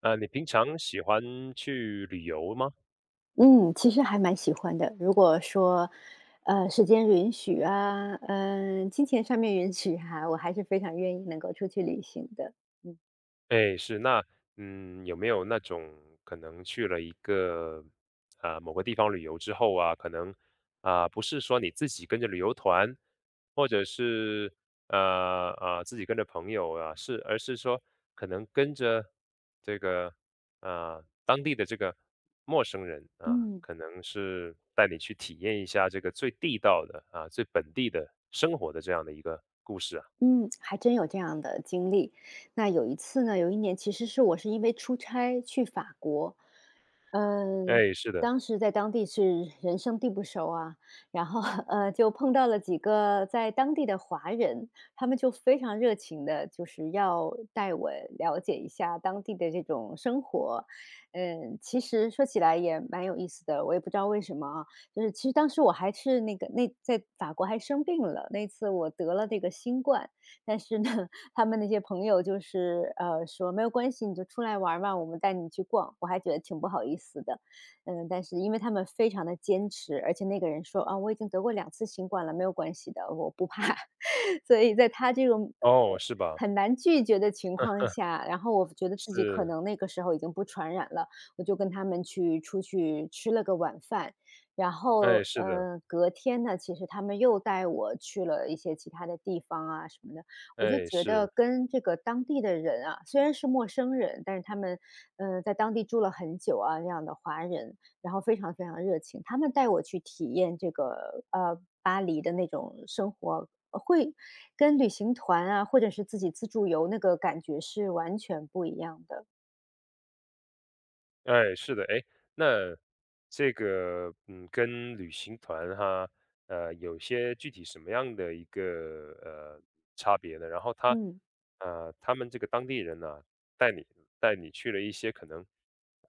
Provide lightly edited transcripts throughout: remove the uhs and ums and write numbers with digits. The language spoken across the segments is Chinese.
你平常喜欢去旅游吗？嗯，其实还蛮喜欢的。如果说，时间允许啊，嗯、金钱上面允许哈、我还是非常愿意能够出去旅行的。嗯哎，是，那，有没有那种可能去了一个，某个地方旅游之后啊，可能，啊，不是说你自己跟着旅游团，或者是，自己跟着朋友啊，而是说可能跟着这个，啊，当地的这个陌生人啊，嗯。可能是带你去体验一下这个最地道的，啊，最本地的生活的这样的一个故事啊。嗯，还真有这样的经历。那有一次呢，有一年其实是我是因为出差去法国，嗯，哎，是的。当时在当地是人生地不熟啊，然后 就碰到了几个在当地的华人，他们就非常热情的，就是要带我了解一下当地的这种生活。嗯，其实说起来也蛮有意思的，我也不知道为什么啊，就是其实当时我还是那个那在法国还生病了，那次我得了这个新冠。但是呢，他们那些朋友就是，说：“没有关系，你就出来玩儿嘛我们带你去逛。”我还觉得挺不好意思的。嗯，但是因为他们非常的坚持，而且那个人说：“啊，我已经得过2次新冠了，没有关系的，我不怕。” 所以在他这种，哦，呃，是吧？很难拒绝的情况下，然后我觉得自己可是，能那个时候已经不传染了，我就跟他们去出去吃了个晚饭。然后，哎，是的，隔天呢，其实他们又带我去了一些其他的地方啊什么的，我就哎，觉得是，跟这个当地的人啊，虽然是陌生人，但是他们，在当地住了很久啊，这样的华人，然后非常热情，他们带我去体验这个，巴黎的那种生活，会跟旅行团啊，或者是自己自助游那个感觉是完全不一样的，哎，是的。哎，那这个，嗯，跟旅行团哈，有些具体什么样的一个，呃，差别呢？然后他，嗯。他们这个当地人呢，带你带你去了一些可能，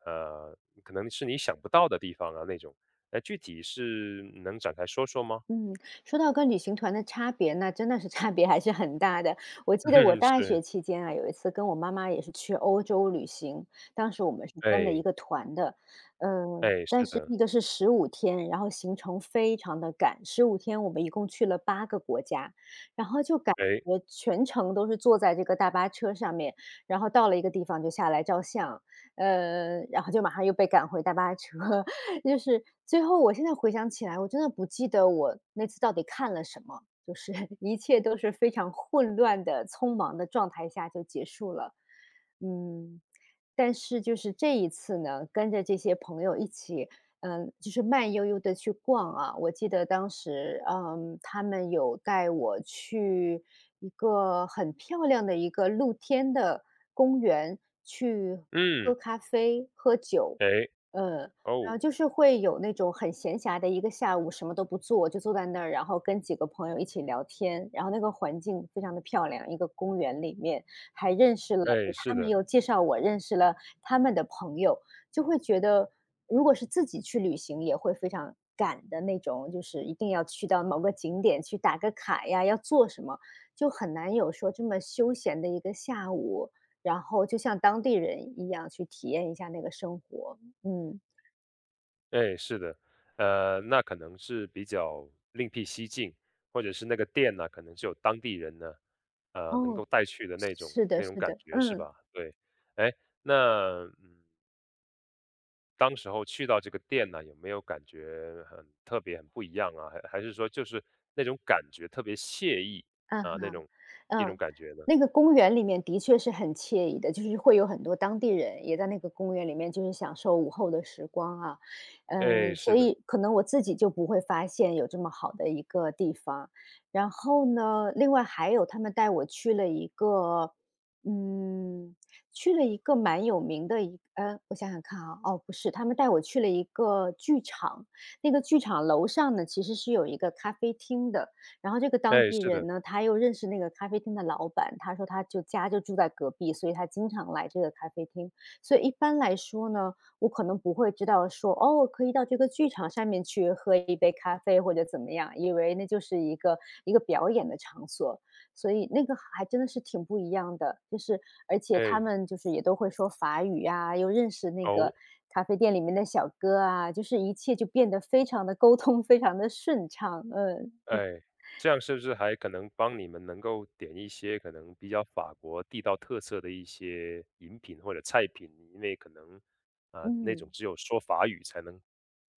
呃，可能是你想不到的地方啊那种，哎，具体是能展开说说吗？嗯，说到跟旅行团的差别，那真的是差别还是很大的。我记得我 大是，学期间啊，有一次跟我妈妈也是去欧洲旅行，当时我们是跟了一哎，个团的，哎，但是是的，那个是十五天，然后行程非常的赶，十五天我们一共去了8个国家，然后就感哎，觉全程都是坐在这个大巴车上面，然后到了一个地方就下来照相，然后就马上又被赶回大巴车，就是最后我现在回想起来，我真的不记得我那次到底看了什么，就是 一切都是非常混乱的、匆忙的状态下就结束了。嗯，但是就是这一次呢，跟着这些朋友一起，嗯，就是慢悠悠的去逛啊。我记得当时，嗯，他们有带我去一个很漂亮的一个露天的公园去嗯，喝咖啡、喝酒，哎，嗯哦。就是会有那种很闲暇的一个下午，什么都不做，就坐在那儿，然后跟几个朋友一起聊天，然后那个环境非常的漂亮，一个公园里面，还认识了，就哎，是他们的，又介绍我认识了他们的朋友，就会觉得如果是自己去旅行，也会非常赶的那种，就是一定要去到某个景点去打个卡呀，要做什么，就很难有说这么休闲的一个下午，然后就像当地人一样去体验一下那个生活，嗯。哎，是的，那可能是比较另辟蹊径，或者是那个店呢，可能是有当地人呢，能哦，够带去的那种是的那种是感的，觉是嗯，吧？对，哎，那嗯，当时候去到这个店呢，有没有感觉很特别、很不一样啊？还还是说就是那种感觉特别惬意嗯啊，那哈，种一种嗯，感觉呢？那个公园里面的确是很惬意的，就是会有很多当地人也在那个公园里面，就是享受午后的时光啊。哎，嗯，所是的，以可能我自己就不会发现有这么好的一个地方。然后呢，另外还有他们带我去了一个，嗯，去了一个蛮有名的一，我想想看啊，哦，不是，他们带我去了一个剧场，那个剧场楼上呢其实是有一个咖啡厅的。然后这个当哎，地是人的，呢，他又认识那个咖啡厅的老板，他说他就家就住在隔壁，所以他经常来这个咖啡厅。所以一般来说呢，我可能不会知道说，哦，可以到这个剧场上面去喝一杯咖啡或者怎么样，以为那就是一个表演的场所。所以那个还真的是挺不一样的，就是而且他哎，们就是也都会说法语啊，又认识那个哦。咖啡店里面的小哥啊，就是一切就变得非常的沟通，非常的顺畅，嗯哎，这样是不是还可能帮你们能够点一些可能比较法国地道特色的一些饮品或者菜品？因为可能啊、那种嗯。只有说法语才能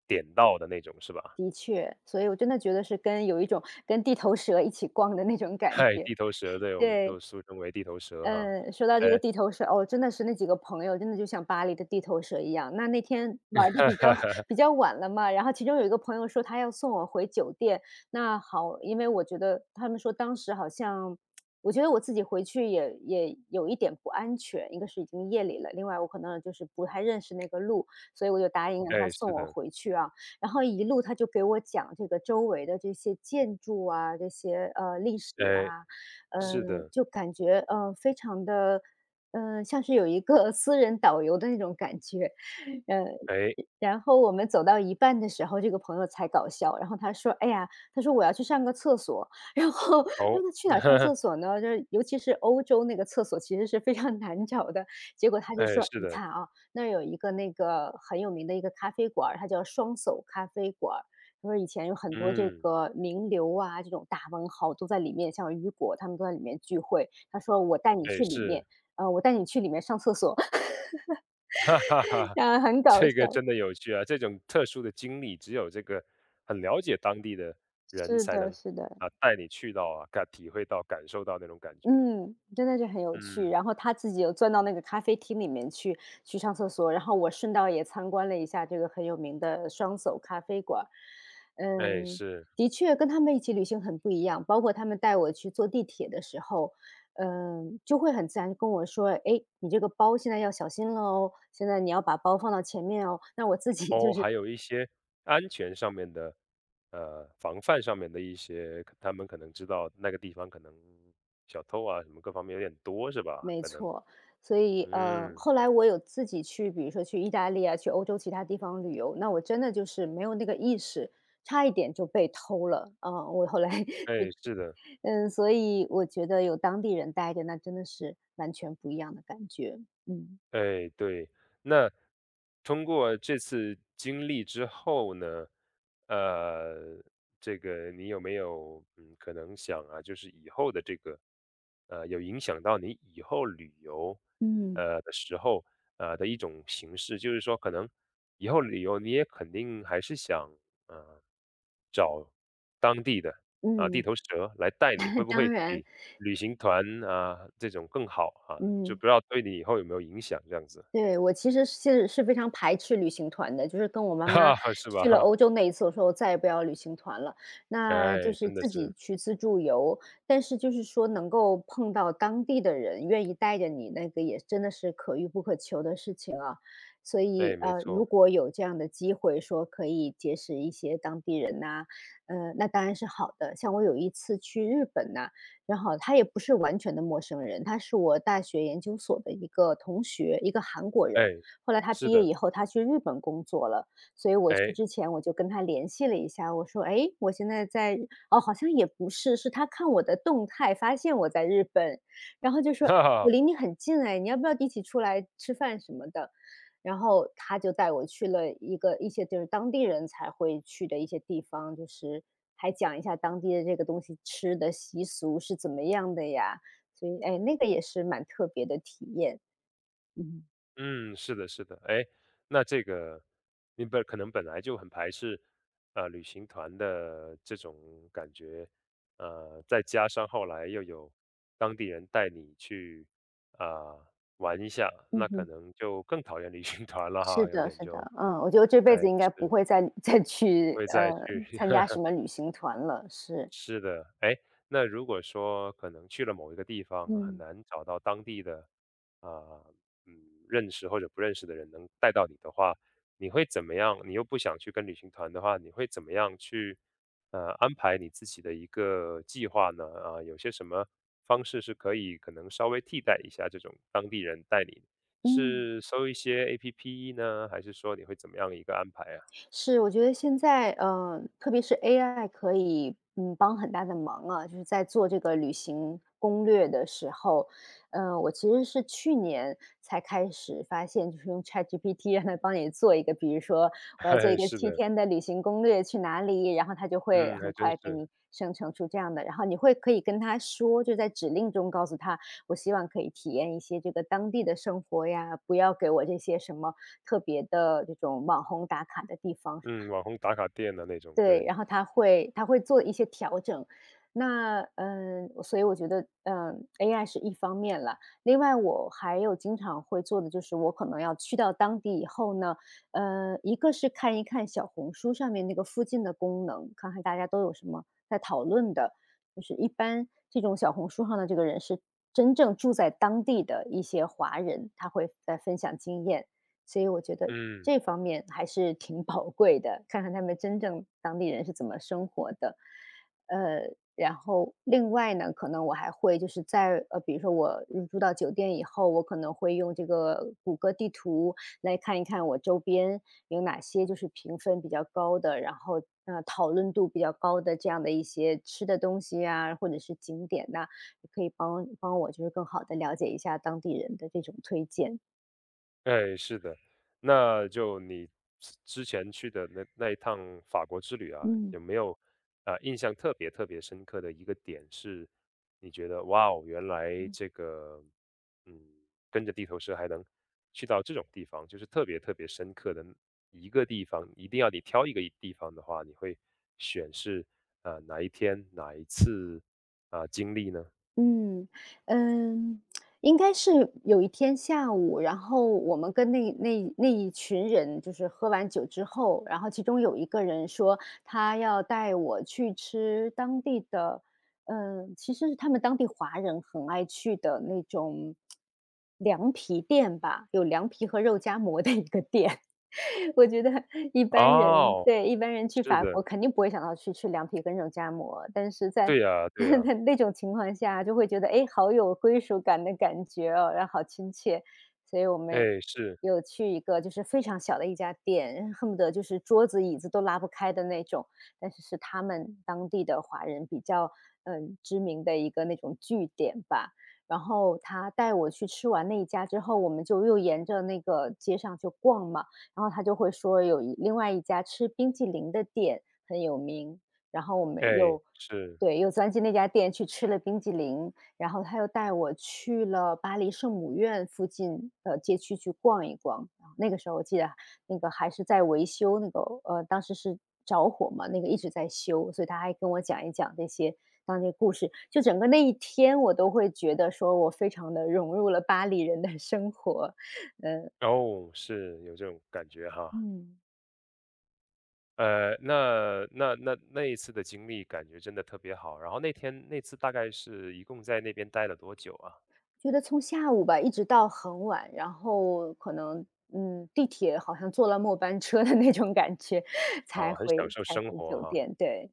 点到的那种是吧？的 确，所以我真的觉得是跟有一种跟地头蛇一起逛的那种感嗨，觉，地头蛇，对，我们对。都俗称为地头蛇哈。说到哎，这个地头蛇，哦，真的是那几个朋友真的就像巴黎的地头蛇一样。那那天玩的比较 比较晚了嘛，然后其中有一个朋友说他要送我回酒店，那好，因为我觉得他们说当时好像我觉得我自己回去也有一点不安全，一个是已经夜里了，另外我可能就是不太认识那个路，所以我就答应让他哎，送是我的，回去啊。然后一路他就给我讲这个周围的这些建筑啊，这些历史哎，啊，是嗯，的，就感觉，非常的嗯，像是有一个 私人导游的那种感觉。呃，哎，然后我们走到一半的时候，这个朋友才搞笑，然后他说：“哎呀，他说我要去上个厕所。”然后哦，让他去哪儿 上厕所呢？”就是尤其是欧洲那个厕所其实是非常难找的。结果他就哎，说：是“你的，看啊，那儿有一个那个很有名的一个咖啡馆儿，它叫双手咖啡馆他说以前有很多这嗯，个名流啊，这种大文豪都在里面，像雨果他们都在里面聚会。他说：“我带你哎，去里是，面，我带你去里面上厕所。” 哈哈 哈。啊，很搞这个笑。真的有趣啊！这种特殊的经历，只有这个很了解当地的人是才的，能是的。啊带你去到啊，感体会到、感受到那种感觉。嗯，真的是很有趣。嗯，然后他自己又钻到那个咖啡厅里面去上厕所，然后我顺道也参观了一下这个很有名的双叟咖啡馆。哎，嗯，是的确跟他们一起旅行很不一样，包括他们带我去坐地铁的时候，嗯，就会很自然跟我说：“哎，你这个包现在要小心了哦，现在你要把包放到前面哦。”那我自己 就哦，是还有一些安全上面的，防范上面的一些，他们可能知道那个地方可能小偷啊什么各方面有点多，是吧？没可能，错，所以嗯，后来我有自己去，比如说去意大利啊，去欧洲其他地方旅游，那我真的就是没有那个意识，差一点就被偷了啊、我后来 哎，是是的。嗯，所以我觉得有当地人带着，那真的是完全不一样的感觉。嗯哎，对。那通过这次经历之后呢，呃，这个你有没有嗯，可能想啊，就是以后的这个，有影响到你以后旅游，嗯，呃的时候，呃的一种形式，就是说可能以后旅游你也肯定还是想，啊，找当地的啊，地嗯，头蛇来带你，会 不当会然，比旅行团啊这种更好啊？就嗯。不知道对你以后有没有影响这样子，对，我其实是非常排斥旅行团的，就是跟我 妈妈哈哈，是吧？去了哈，欧洲那一次，我说我再也不要旅行团了。那就哎，是真的自己是，去自助游，但是就是说能够碰到当地的人，愿意带着你，那个也真的是可遇不可求的事情啊。所哎，以没如错，果有这样的机会，说可以结识一些当地人呐、那当然是好的。像我有一次去日本呐、然后他也不是完全的陌生人，他是我大学研究所的一个同学，一个韩国哎，人。后来他是毕业的，以后，他去日本工作了，所以我去哎，之前我就跟他联系了一下，我说：“哎，我现在在”哦，好像也不是，是他看我的动态发现我在日本，然后就 说：哈“我哈。离你很近哎，你要不要一起出来吃饭什么的？”然后他就带我去了一些就是当地人才会去的一些地方，就是还讲一下当地的这个东西吃的习俗是怎么样的呀，所以，哎，那个也是蛮特别的体验。嗯。嗯，是的，是的，哎，那这个你本可能本来就很排斥，旅行团的这种感觉，再加上后来又有当地人带你去啊、玩一下，嗯那可哼，能就更讨厌旅行团了是哈，有的，点是就，的，我觉得这辈哎，子应该不是会再不去，会再去参加什么旅行团了，是。是的，哎，那如果说可能去了某一个地方，很嗯，难找到当地的啊、嗯，认识或者不认识的人能带到你的话，你会怎么样？你又不想去跟旅行团的话，你会怎么样去呃安排你自己的一个计划呢？啊、有些什么方式是可以可能稍微替代一下这种当地人带你？嗯。是搜一些 APP 呢，还是说你会怎么样一个安排啊？是，我觉得现在，特别是 AI 可以，帮很大的忙啊，就是在做这个旅行攻略的时候，我其实是去年才开始发现，就是用 ChatGPT 让它帮你做一个，比如说 我要做一嘿个是七的，天的旅行攻略，去哪里，然后它就会嗯，还很真快给是。你生成出这样的，然后你会可以跟他说，就在指令中告诉他，我希望可以体验一些这个当地的生活呀，不要给我这些什么特别的这种网红打卡的地方，嗯，网红打卡店的那种，对，对，然后他会做一些调整。那所以我觉得，AI 是一方面了。另外，我还有经常会做的就是，我可能要去到当地以后呢，一个是看一看小红书上面那个附近的功能，看看大家都有什么在讨论的。就是一般这种小红书上的这个人是真正住在当地的一些华人，他会在分享经验。所以我觉得嗯，这方面还是挺 宝贵的，看看他们真正当地人是怎么生活的。然后另外呢，可能我还会就是在比如说我入住到酒店以后，我可能会用这个谷歌地图来看一看我周边有哪些就是评分比较高的，然后讨论度比较高的这样的一些吃的东西啊，或者是景点呐、也可以帮帮我就是更好的了解一下当地人的这种推荐。哎，是的，那就你之前去的那那一趟法国之旅啊，嗯有没有啊、呃印象特别特别深刻的一个点是，你觉得哇哦，原来这个嗯，跟着地头蛇还能去到这种地方，就是特别特别深刻的一个地方，一定要你挑一个地方的话，你会选是啊哪一天哪一次啊、经历呢？嗯，嗯，应该是有一天下午，然后我们跟那一群人就是喝完酒之后，然后其中有一个人说他要带我去吃当地的，其实是他们当地华人很爱去的那种凉皮店吧，有凉皮和肉夹馍的一个店。我觉得一般人哦，对一般人去是法的。国肯定不会想到去吃凉皮跟肉夹馍，但是在 对呀对呀，那种情况下就会觉得，哎，好有归属感的感觉哦，然后好亲切。所以我们哎，是，有去一个就是非常小的一家店，恨不得就是桌子椅子都拉不开的那种，但是是他们当地的华人比较，知名的一个那种据点吧。然后他带我去吃完那一家之后，我们就又沿着那个街上就逛嘛，然后他就会说有另外一家吃冰激凌的店很有名，然后我们哎，又是，对，又钻进那家店去吃了冰激凌，然后他又带我去了巴黎圣母院附近的街区去逛一逛。啊那个时候我记得那个还是在维修，那个当时是着火嘛，那个一直在修，所以他还跟我讲一讲这些当地故事。就整个那一天，我都会觉得说我非常的融入了巴黎人的生活。哦，是，有这种感觉哈。嗯。呃，那那那那一次的经历感觉真的特别好，然后那天那次大概是一共在那边待了多久啊？觉得从下午吧，一直到很晚，然后可能，地铁好像坐了末班车的那种感觉，才哦，很享回受才生回活酒哈，店，对。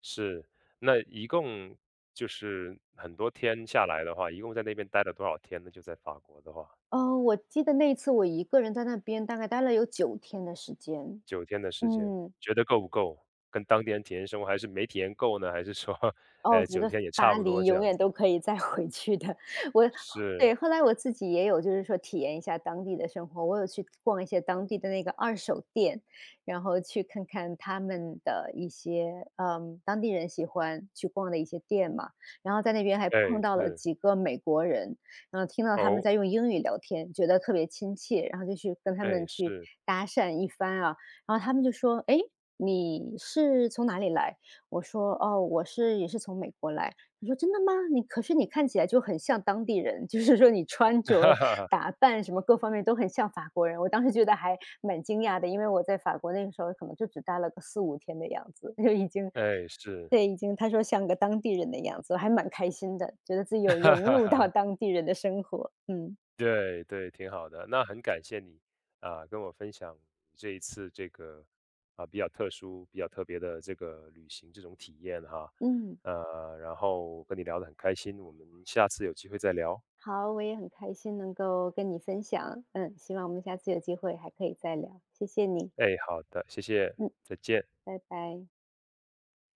是，那一共就是很多天下来的话，一共在那边待了多少天呢？就在法国的话哦，我记得那一次我一个人在那边大概待了有9天的时间，九天的时间，嗯。觉得够不够？跟当地人体验生活还是没体验够呢？还是说，哦，我呃觉九得天也差巴不多黎这永样远都子？可以再回去的。我是。对，后来我自己也有就是说体验一下当地的生活，我有去逛一些当地的那个二手店，然后去看看他们的一些，当地人喜欢去逛的一些店嘛。然后在那边还碰哎，到了是，几个美国人，然后听到他们哦，在用英语聊天，觉得特别亲切，然后就去跟他哎，们去是，搭讪一番啊。然后他们就说：“哎，你是从哪里来？”我说：“哦，我是也是从美国来。”他说：“真的吗？你可是你看起来就很像当地人，就是说你穿 着、哈哈哈，打扮什么各方面都很像法国人。”我当时觉得还蛮惊讶的，因为我在法国那个时候可能就只待了个四五天的样子，就已经哎，是，对，已经他说像个当地人的样子，我还蛮开心的，觉得自己 有哈融哈入到哈，当地人的生活。嗯，对对，挺好的。那很感谢你啊，跟我分享这一次这个啊比较特殊、比较特别的这个旅行这种体验哈，嗯，然后跟你聊得很开心，我们下次有机会再聊。好，我也很开心能够跟你分享，希望我们下次有机会还可以再聊，谢谢你，哎，好的，谢谢，嗯，再见。拜拜。